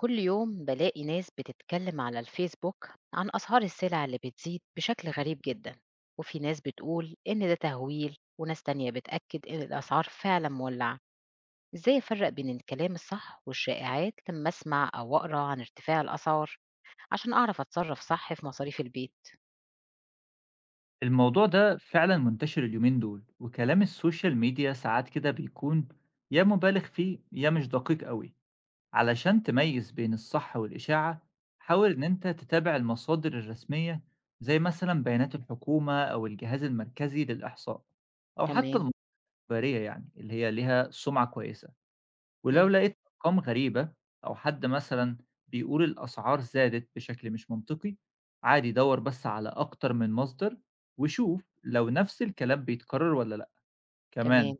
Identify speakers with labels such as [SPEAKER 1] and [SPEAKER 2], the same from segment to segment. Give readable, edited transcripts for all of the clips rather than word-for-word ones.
[SPEAKER 1] كل يوم بلاقي ناس بتتكلم على الفيسبوك عن أسعار السلع اللي بتزيد بشكل غريب جدا، وفي ناس بتقول إن ده تهويل وناس تانية بتأكد إن الأسعار فعلا مولعة. إزاي أفرق بين الكلام الصح والشائعات لما أسمع أو أقرأ عن ارتفاع الأسعار عشان أعرف أتصرف صح في مصاريف البيت؟
[SPEAKER 2] الموضوع ده فعلا منتشر اليومين دول وكلام السوشيال ميديا ساعات كده بيكون يا مبالغ فيه يا مش دقيق قوي. علشان تميز بين الصح والإشاعة حاول إن أنت تتابع المصادر الرسمية زي مثلا بيانات الحكومة أو الجهاز المركزي للإحصاء أو حتى
[SPEAKER 1] تمام.
[SPEAKER 2] المخبرية يعني اللي هي ليها سمعة كويسة. ولو
[SPEAKER 1] مم.
[SPEAKER 2] لقيت أرقام غريبة أو حد مثلًا بيقول الأسعار زادت بشكل مش منطقي، عادي دَوّر بس على أكتر من مصدر وشوف لو نفس الكلام بيتكرر والّا لأ. كمان
[SPEAKER 1] تمام.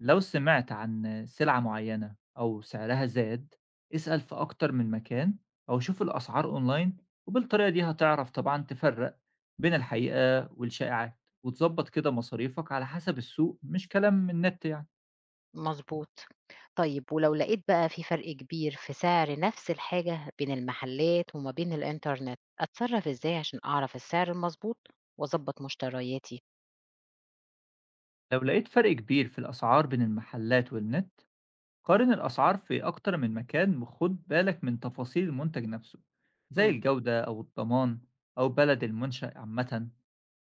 [SPEAKER 2] لو سمعت عن سلعة معيّنة أو سعرها زاد، اسأل في أكتر من مكان أو شوف الأسعار أونلاين، وبالطريقة دي هتعرف طبعًا تفرّق بين الحقيقة والشائعات وتضبّط كده مصاريفك على حسب السوق مش كلام من النت يعني.
[SPEAKER 1] مضبوط. طيب ولو لقيت بقى في فرق كبير في سعر نفس الحاجة بين المحلات وما بين الإنترنت، أتصرف إزاي عشان أعرف السعر المضبوط وأضبط مشترياتي؟
[SPEAKER 2] لو لقيت فرق كبير في الأسعار بين المحلات والنت قارن الأسعار في أكتر من مكان وخد بالك من تفاصيل المنتج نفسه زي
[SPEAKER 1] إمم.
[SPEAKER 2] الجودة أو الضمان أو بلد المنشأ. عامة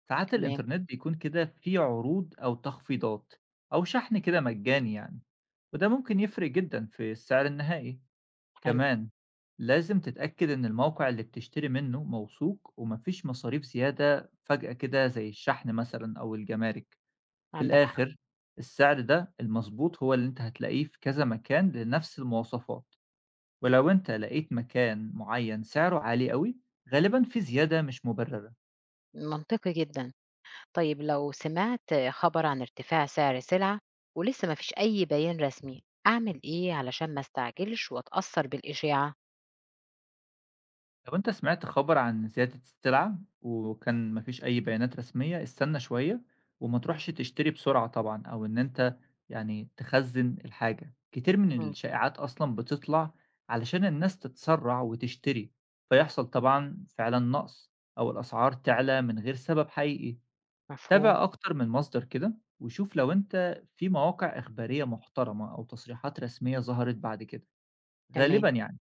[SPEAKER 2] ساعات
[SPEAKER 1] تمام.
[SPEAKER 2] الإنترنت بيكون كده فيه عروض أو تخفيضات أو شحن كده مجاني يعني، وده ممكن يفرق جدا في السعر النهائي.
[SPEAKER 1] حلو.
[SPEAKER 2] كمان لازم تتأكد إن الموقع اللي بتشتري منه موثوق ومفيش مصاريف زيادة فجأة كده زي الشحن مثلا أو الجمارك. في
[SPEAKER 1] عندك حق.
[SPEAKER 2] الآخر السعر ده المضبوط هو اللي أنت هتلاقيه في كذا مكان لنفس المواصفات، ولو أنت لقيت مكان معين سعره عالي أوي، غالبًا في زيادة مش مبررة.
[SPEAKER 1] منطقي جدًا. طيب لو سمعت خبر عن ارتفاع سعر سلعة ولسه ما فيش أي بيان رسمي، أعمل إيه علشان ما أستعجلش وأتأثر بالإشاعة؟
[SPEAKER 2] لو أنت سمعت خبر عن زيادة السلعة وكان ما فيش أي بيانات رسمية، استنى شوية وما تروحش تشتري بسرعة طبعًا، أو إن أنت يعني تخزّن الحاجة. كتير من
[SPEAKER 1] إمم.
[SPEAKER 2] الشائعات أصلًا بتطلع علشان الناس تتسرع وتشتري، فيحصل طبعًا فعلًا نقص أو الأسعار تعلى من غير سبب حقيقي.
[SPEAKER 1] مفهوم.
[SPEAKER 2] تابع أكتر من مصدر كده وشوف لو أنت في مواقع إخبارية محترمة أو تصريحات رسمية ظهرت بعد كده
[SPEAKER 1] تمام.
[SPEAKER 2] غالبا يعني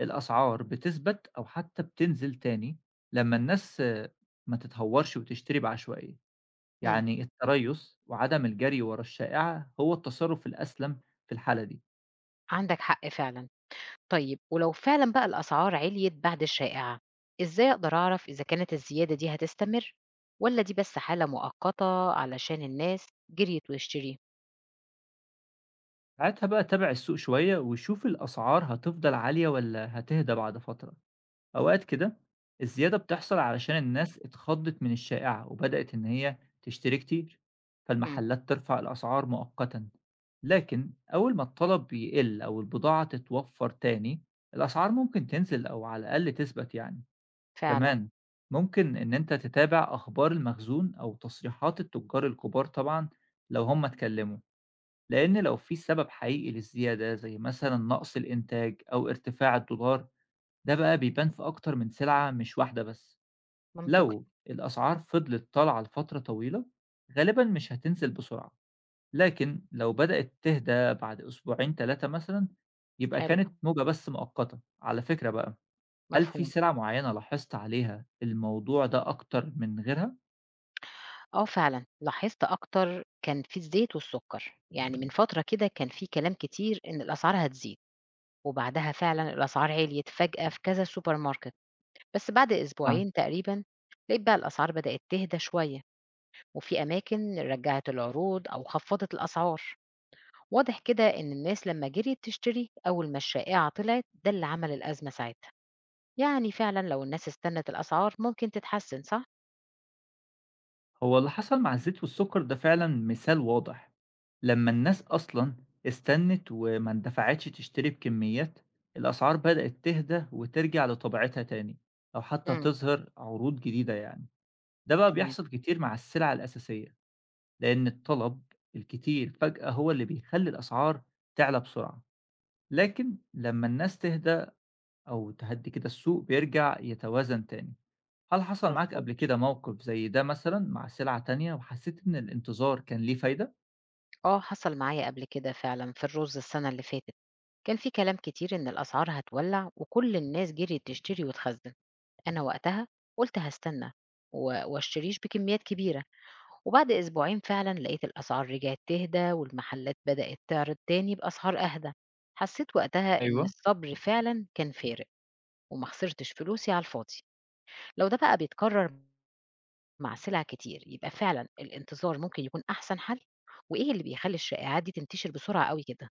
[SPEAKER 2] الأسعار بتثبت أو حتى بتنزل تاني لما الناس آه، ما تتهورش وتشتري بعشوائية.
[SPEAKER 1] إمم.
[SPEAKER 2] يعني التريث وعدم الجري ورا الشائعة هو التصرف الأسلم في الحالة دي.
[SPEAKER 1] عندك حق فعلًا. طيب ولو فعلا بقى الأسعار عِليت بعد الشائعة، إزاي أقدر أعرف إذا كانت الزيادة دي هتستمر والّا دي بس حالة مؤقتة علشان الناس جريت واشتري؟
[SPEAKER 2] ساعتها بقى تابع السوق شوية وشوف الأسعار هتفضل عالية ولا هتهدى بعد فترة. أوقات كده الزيادة بتحصل علشان الناس اتخضت من الشائعة وبدأت إن هي تشتري كتير،
[SPEAKER 1] إمم.
[SPEAKER 2] فالمحلات ترفع الأسعار مؤقتا. لكن أول ما الطلب بيقل أو البضاعة تتوفر تاني الأسعار ممكن تنزل أو على الأقل تثبت يعني.
[SPEAKER 1] فعلًا.
[SPEAKER 2] كمان ممكن إن أنت تتابع أخبار المخزون أو تصريحات التجار الكبار طبعا لو هم اتكلموا، لأن لو في سبب حقيقي للزيادة زي مثلا نقص الإنتاج أو ارتفاع الدولار ده بقى بيبان في أكتر من سلعة مش واحدة بس.
[SPEAKER 1] منطقي.
[SPEAKER 2] لو الأسعار فضلت طالعة لفترة طويلة غالبا مش هتنزل بسرعة، لكن لو بدأت تهدى بعد أسبوعين ثلاثة مثلا يبقى
[SPEAKER 1] حلو.
[SPEAKER 2] كانت موجة بس مؤقتة على فكرة بقى. هل في
[SPEAKER 1] مفهوم.
[SPEAKER 2] سلعة معينة لاحظت عليها الموضوع ده أكتر من غيرها؟
[SPEAKER 1] آه فعلًا، لاحظت أكتر كان في الزيت والسُكّر، يعني من فترة كده كان في كلام كتير إن الأسعار هتزيد، وبعدها فعلًا الأسعار عِليت فجأة في كذا سوبر ماركت، بس بعد أسبوعين تقريبًا لقيت بقى الأسعار بدأت تهدى شوية. وفي أماكن رجعت العروض أو خفضت الأسعار. واضح كده إن الناس لما جريت تشتري أول ما الشائعة طلعت ده اللي عمل الأزمة ساعتها. يعني فعلا لو الناس استنت الأسعار ممكن تتحسن صح؟
[SPEAKER 2] هو اللي حصل مع الزيت والسكر ده فعلا مثال واضح. لما الناس أصلا استنت وما اندفعتش تشتري بكميات الأسعار بدأت تهدى وترجع لطبيعتها تاني أو حتى
[SPEAKER 1] امم.
[SPEAKER 2] تظهر عروض جديدة يعني. ده بقى
[SPEAKER 1] تمام.
[SPEAKER 2] بيحصل كتير مع السلع الأساسية، لأن الطلب الكتير فجأة هو اللي بيخلي الأسعار تعلى بسرعة، لكن لما الناس تهدى أو تهدي كده السوق بيرجع يتوازن تاني. هل حصل معاك قبل
[SPEAKER 1] مظبوط.
[SPEAKER 2] كده موقف زي ده مثلًا مع سلعة تانية وحسيت إن الانتظار كان ليه فايدة؟
[SPEAKER 1] اه حصل معايا قبل كده فعلا في الرز السنة اللي فاتت. كان في كلام كتير إن الأسعار هتولع وكل الناس جريت تشتري وتخزن. أنا وقتها قلت هستنى واشتريش بكميات كبيرة. وبعد أسبوعين فعلا لقيت الأسعار رجعت تهدى والمحلات بدأت تعرض تاني بأسعار أهدى. حسيت وقتها إن
[SPEAKER 2] أيوه.
[SPEAKER 1] الصبر فعلا كان فارق، وما خسرتش فلوسي على الفاضي. لو ده بقى بيتكرر مع سلع كتير يبقى فعلا الانتظار ممكن يكون أحسن حل. وإيه اللي بيخلي الشائعات دي تنتشر بسرعة قوي كده؟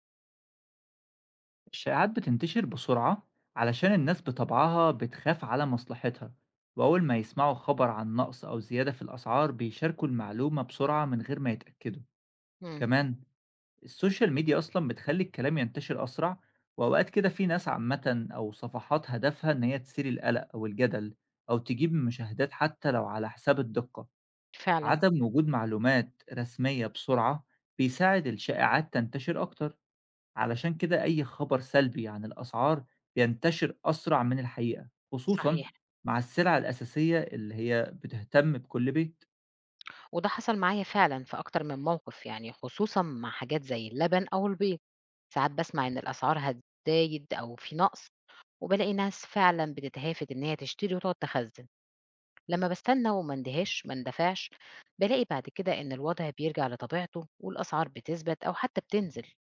[SPEAKER 2] الشائعات بتنتشر بسرعة علشان الناس بطبعها بتخاف على مصلحتها، وأول ما يسمعوا خبر عن نقص أو زيادة في الأسعار بيشاركوا المعلومة بسرعة من غير ما يتأكدوا.
[SPEAKER 1] مم.
[SPEAKER 2] كمان السوشيال ميديا أصلًا بتخلّي الكلام ينتشر أسرع، وأوقات كده في ناس عامةً أو صفحات هدفها إن هي تثير القلق أو الجدل أو تجيب مشاهدات حتى لو على حساب الدقة.
[SPEAKER 1] فعلا.
[SPEAKER 2] عدم وجود معلومات رسمية بسرعة بيساعد الشائعات تنتشر أكتر، علشان كده أي خبر سلبي عن الأسعار بينتشر أسرع من الحقيقة خصوصا
[SPEAKER 1] صحيح.
[SPEAKER 2] مع السلع الأساسية اللي هي بتهتم بكل بيت.
[SPEAKER 1] وده حصل معايا فعلا في أكتر من موقف يعني، خصوصا مع حاجات زي اللبن أو البيض. ساعات بسمع إن الأسعار هتزايد أو في نقص، وبالاقي ناس فعلًا بتتهافت إن هي تشتري وتقعد تخزّن. لمّا باستنى وما اندهاش ما اندفعش، بالاقي بعد كده إن الوضع بيرجع لطبيعته والأسعار بتثبت أو حتى بتنزل.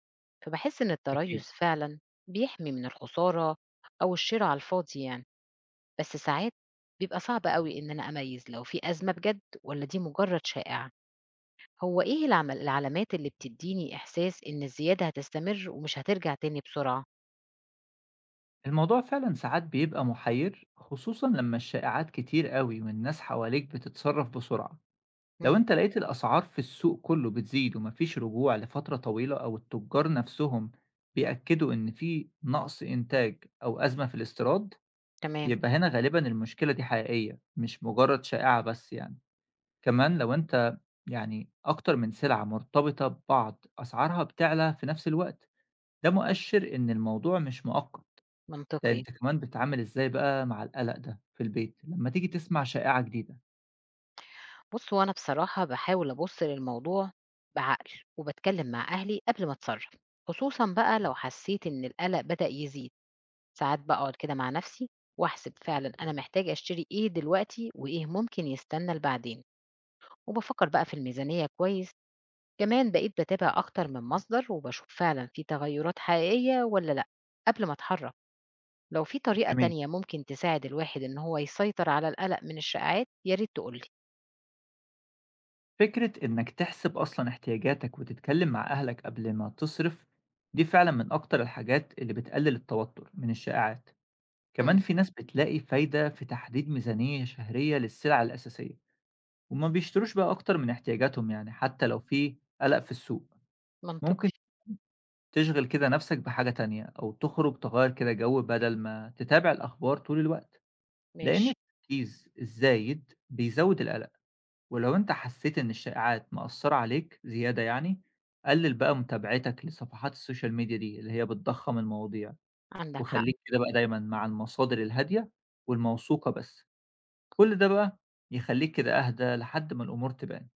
[SPEAKER 1] فباحس إن
[SPEAKER 2] أكيد
[SPEAKER 1] التريث فعلًا بيحمي من الخسارة أو الشرا على الفاضي يعني. بس ساعات بيبقى صعب أوي إن أنا أميّز لو في أزمة بجد والّا دي مجرد شائعة. هو إيه العلامات اللي بتدّيني إحساس إن الزيادة هتستمر ومش هترجع تاني بسرعة؟
[SPEAKER 2] الموضوع فعلا ساعات بيبقى محير خصوصا لما الشائعات كتير قوي والناس حواليك بتتصرف بسرعة. لو
[SPEAKER 1] إمم.
[SPEAKER 2] أنت لقيت الأسعار في السوق كله بتزيد ومفيش رجوع لفترة طويلة أو التجار نفسهم بيأكدوا إن في نقص إنتاج أو أزمة في الاستيراد،
[SPEAKER 1] تمام.
[SPEAKER 2] يبقى هنا غالبا المشكلة دي حقيقية مش مجرد شائعة بس يعني. كمان لو أنت يعني أكتر من سلعة مرتبطة ببعض أسعارها بتعلى في نفس الوقت ده مؤشر إن الموضوع مش مؤقت. ده
[SPEAKER 1] منطقي.
[SPEAKER 2] أنت كمان بتتعامل إزاي بقى مع القلق ده في البيت لما تيجي تسمع شائعة جديدة؟
[SPEAKER 1] بُص، هو أنا بصراحة باحاول أبُص للموضوع بعقل، وباتكلّم مع أهلي قبل ما أتصرّف، خصوصًا بقى لو حسّيت إن القلق بدأ يزيد. ساعات باقعد كده مع نَفْسي وأحسب فعلًا أنا محتاجة أشتري إيه دلوقتي وإيه ممكن يستنى لبعدين، وبافكّر بقى في الميزانية كويس. كمان بقيت باتابع أكتر من مصدر وباشوف فعلًا في تغيُّرات حقيقية والّا لأ قبل ما أتحرّك. لو في طريقة
[SPEAKER 2] جميل.
[SPEAKER 1] تانية ممكن تساعد الواحد إن هو يسيطر على القلق من الشائعات يا ريت تقول لي.
[SPEAKER 2] فكرة إنك تحسب أصلًا احتياجاتك وتتكلم مع أهلك قبل ما تصرف، دي فعلًا من أكتر الحاجات اللي بتقلل التوتر من الشائعات. كمان
[SPEAKER 1] إمم.
[SPEAKER 2] في ناس بتلاقي فايدة في تحديد ميزانية شهرية للسلع الأساسية، وما بيشتروش بقى أكتر من احتياجاتهم يعني حتى لو في قلق في السوق. ممكن
[SPEAKER 1] منطقي.
[SPEAKER 2] تشغل كده نفسك بحاجة تانية أو تخرج تغير كده جو بدل ما تتابع الأخبار طول الوقت، لأن
[SPEAKER 1] ماشي.
[SPEAKER 2] التركيز الزايد بيزود القلق. ولو أنت حسيت إن الشائعات مأثّرة عليك زيادة يعني، قلِّل بقى متابعتك لصفحات السوشيال ميديا دي اللي هي بتضخّم المواضيع،
[SPEAKER 1] عندك حق.
[SPEAKER 2] وخلّيك كده بقى دايمًا مع المصادر الهادية والموثوقة بس. كل ده بقى يخلّيك كده أهدى لحد ما الأمور تبان.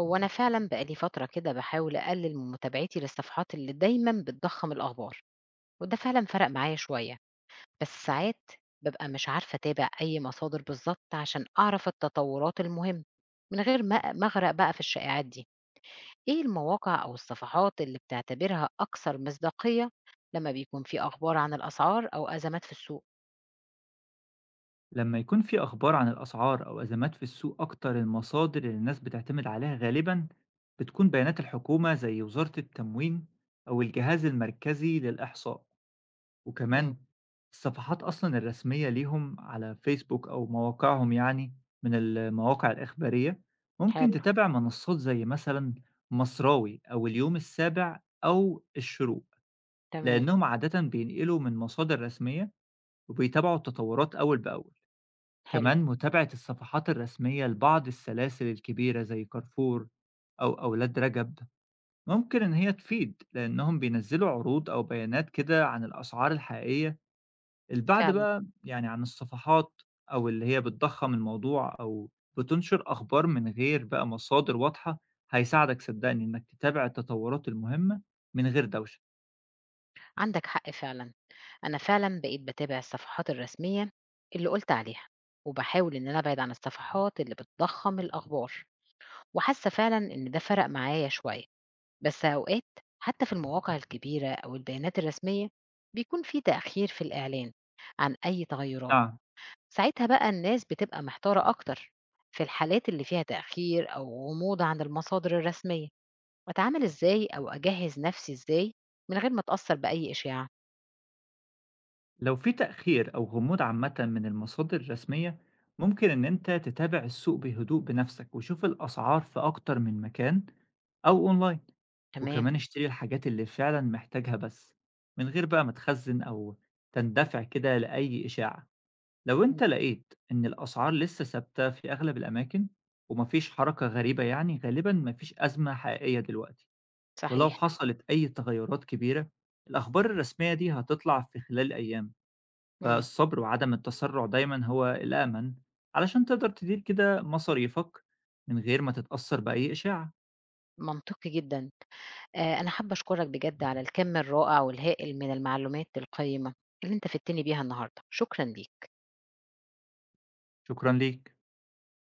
[SPEAKER 1] هو أنا فعلا بقالي فترة كده بحاول أقلل من متابعتي للصفحات اللي دايما بتضخم الأخبار، وده فعلا فرق معايا شوية. بس ساعات ببقى مش عارفة أتابع أي مصادر بالظبط عشان أعرف التطورات المهم من غير ما أغرق بقى في الشائعات دي. إيه المواقع أو الصفحات اللي بتعتبرها أكثر مصداقية لما بيكون في أخبار عن الأسعار أو أزمات في السوق؟
[SPEAKER 2] لمّا يكون في أخبار عن الأسعار أو أزمات في السوق أكتر المصادر اللي الناس بتعتمد عليها غالبًا بتكون بيانات الحكومة زي وزارة التموين أو الجهاز المركزي للإحصاء.
[SPEAKER 1] مم.
[SPEAKER 2] وكمان الصفحات أصلًا الرسمية ليهم على فيسبوك أو مواقعهم يعني. من المواقع الإخبارية، ممكن
[SPEAKER 1] حلو.
[SPEAKER 2] تتابع منصات زي مثلًا مصراوي أو اليوم السابع أو الشروق،
[SPEAKER 1] تمام.
[SPEAKER 2] لأنهم عادةً بينقلوا من مصادر رسمية وبيتابعوا التطورات أول بأول.
[SPEAKER 1] حلو.
[SPEAKER 2] كمان متابعة الصفحات الرسمية لبعض السلاسل الكبيرة زي كارفور أو أولاد رجب، ممكن إن هي تفيد لأنهم بينزلوا عروض أو بيانات كده عن الأسعار الحقيقية. البعد
[SPEAKER 1] فعلا.
[SPEAKER 2] بقى يعني عن الصفحات أو اللي هي بتضخّم الموضوع أو بتنشر أخبار من غير بقى مصادر واضحة، هيساعدك صدّقني إنك تتابع التطورات المهمة من غير دوشة.
[SPEAKER 1] عندك حق فعلا. أنا فعلًا بقيت باتابع الصفحات الرسمية اللي قُلت عليها، وباحاول إن أنا أبعد عن الصفحات اللي بتضخّم الأخبار، وحاسة فعلًا إن ده فرق معايا شوية. بس أوقات حتى في المواقع الكبيرة أو البيانات الرسمية بيكون في تأخير في الإعلان عن أي تغيرات.
[SPEAKER 2] نعم،
[SPEAKER 1] ساعتها بقى الناس بتبقى محتارة أكتر. في الحالات اللي فيها تأخير أو غموض عن المصادر الرسمية، أتعامل إزاي أو أجهّز نفسي إزاي من غير ما أتأثّر بأي إشاعة؟
[SPEAKER 2] لو في تأخير أو غموض عامةً من المصادر الرسمية، ممكن إن أنت تتابع السوق بهدوء بنفسك وشوف الأسعار في أكتر من مكان أو أونلاين،
[SPEAKER 1] تمام.
[SPEAKER 2] وكمان اشتري الحاجات اللي فعلًا محتاجها بس، من غير بقى ما تخزّن أو تندفع كده لأي إشاعة. لو
[SPEAKER 1] إمم.
[SPEAKER 2] أنت لقيت إن الأسعار لسه ثابتة في أغلب الأماكن ومفيش حركة غريبة يعني غالبًا مفيش أزمة حقيقية دلوقتي، ولو
[SPEAKER 1] صحيح.
[SPEAKER 2] حصلت أي تغيرات كبيرة الأخبار الرسمية دي هتطلع في خلال أيام،
[SPEAKER 1] إمم.
[SPEAKER 2] فالصبر وعدم التسرع دايمًا هو الأأمن علشان تقدر تدير كده مصاريفك من غير ما تتأثر بأي إشاعة.
[SPEAKER 1] منطقي جدًا. أنا حابة أشكرك بجد على الكم الرائع والهائل من المعلومات القيّمة اللي أنت فدتني بيها النهارده. شكرًا ليك.
[SPEAKER 2] شكرًا ليك.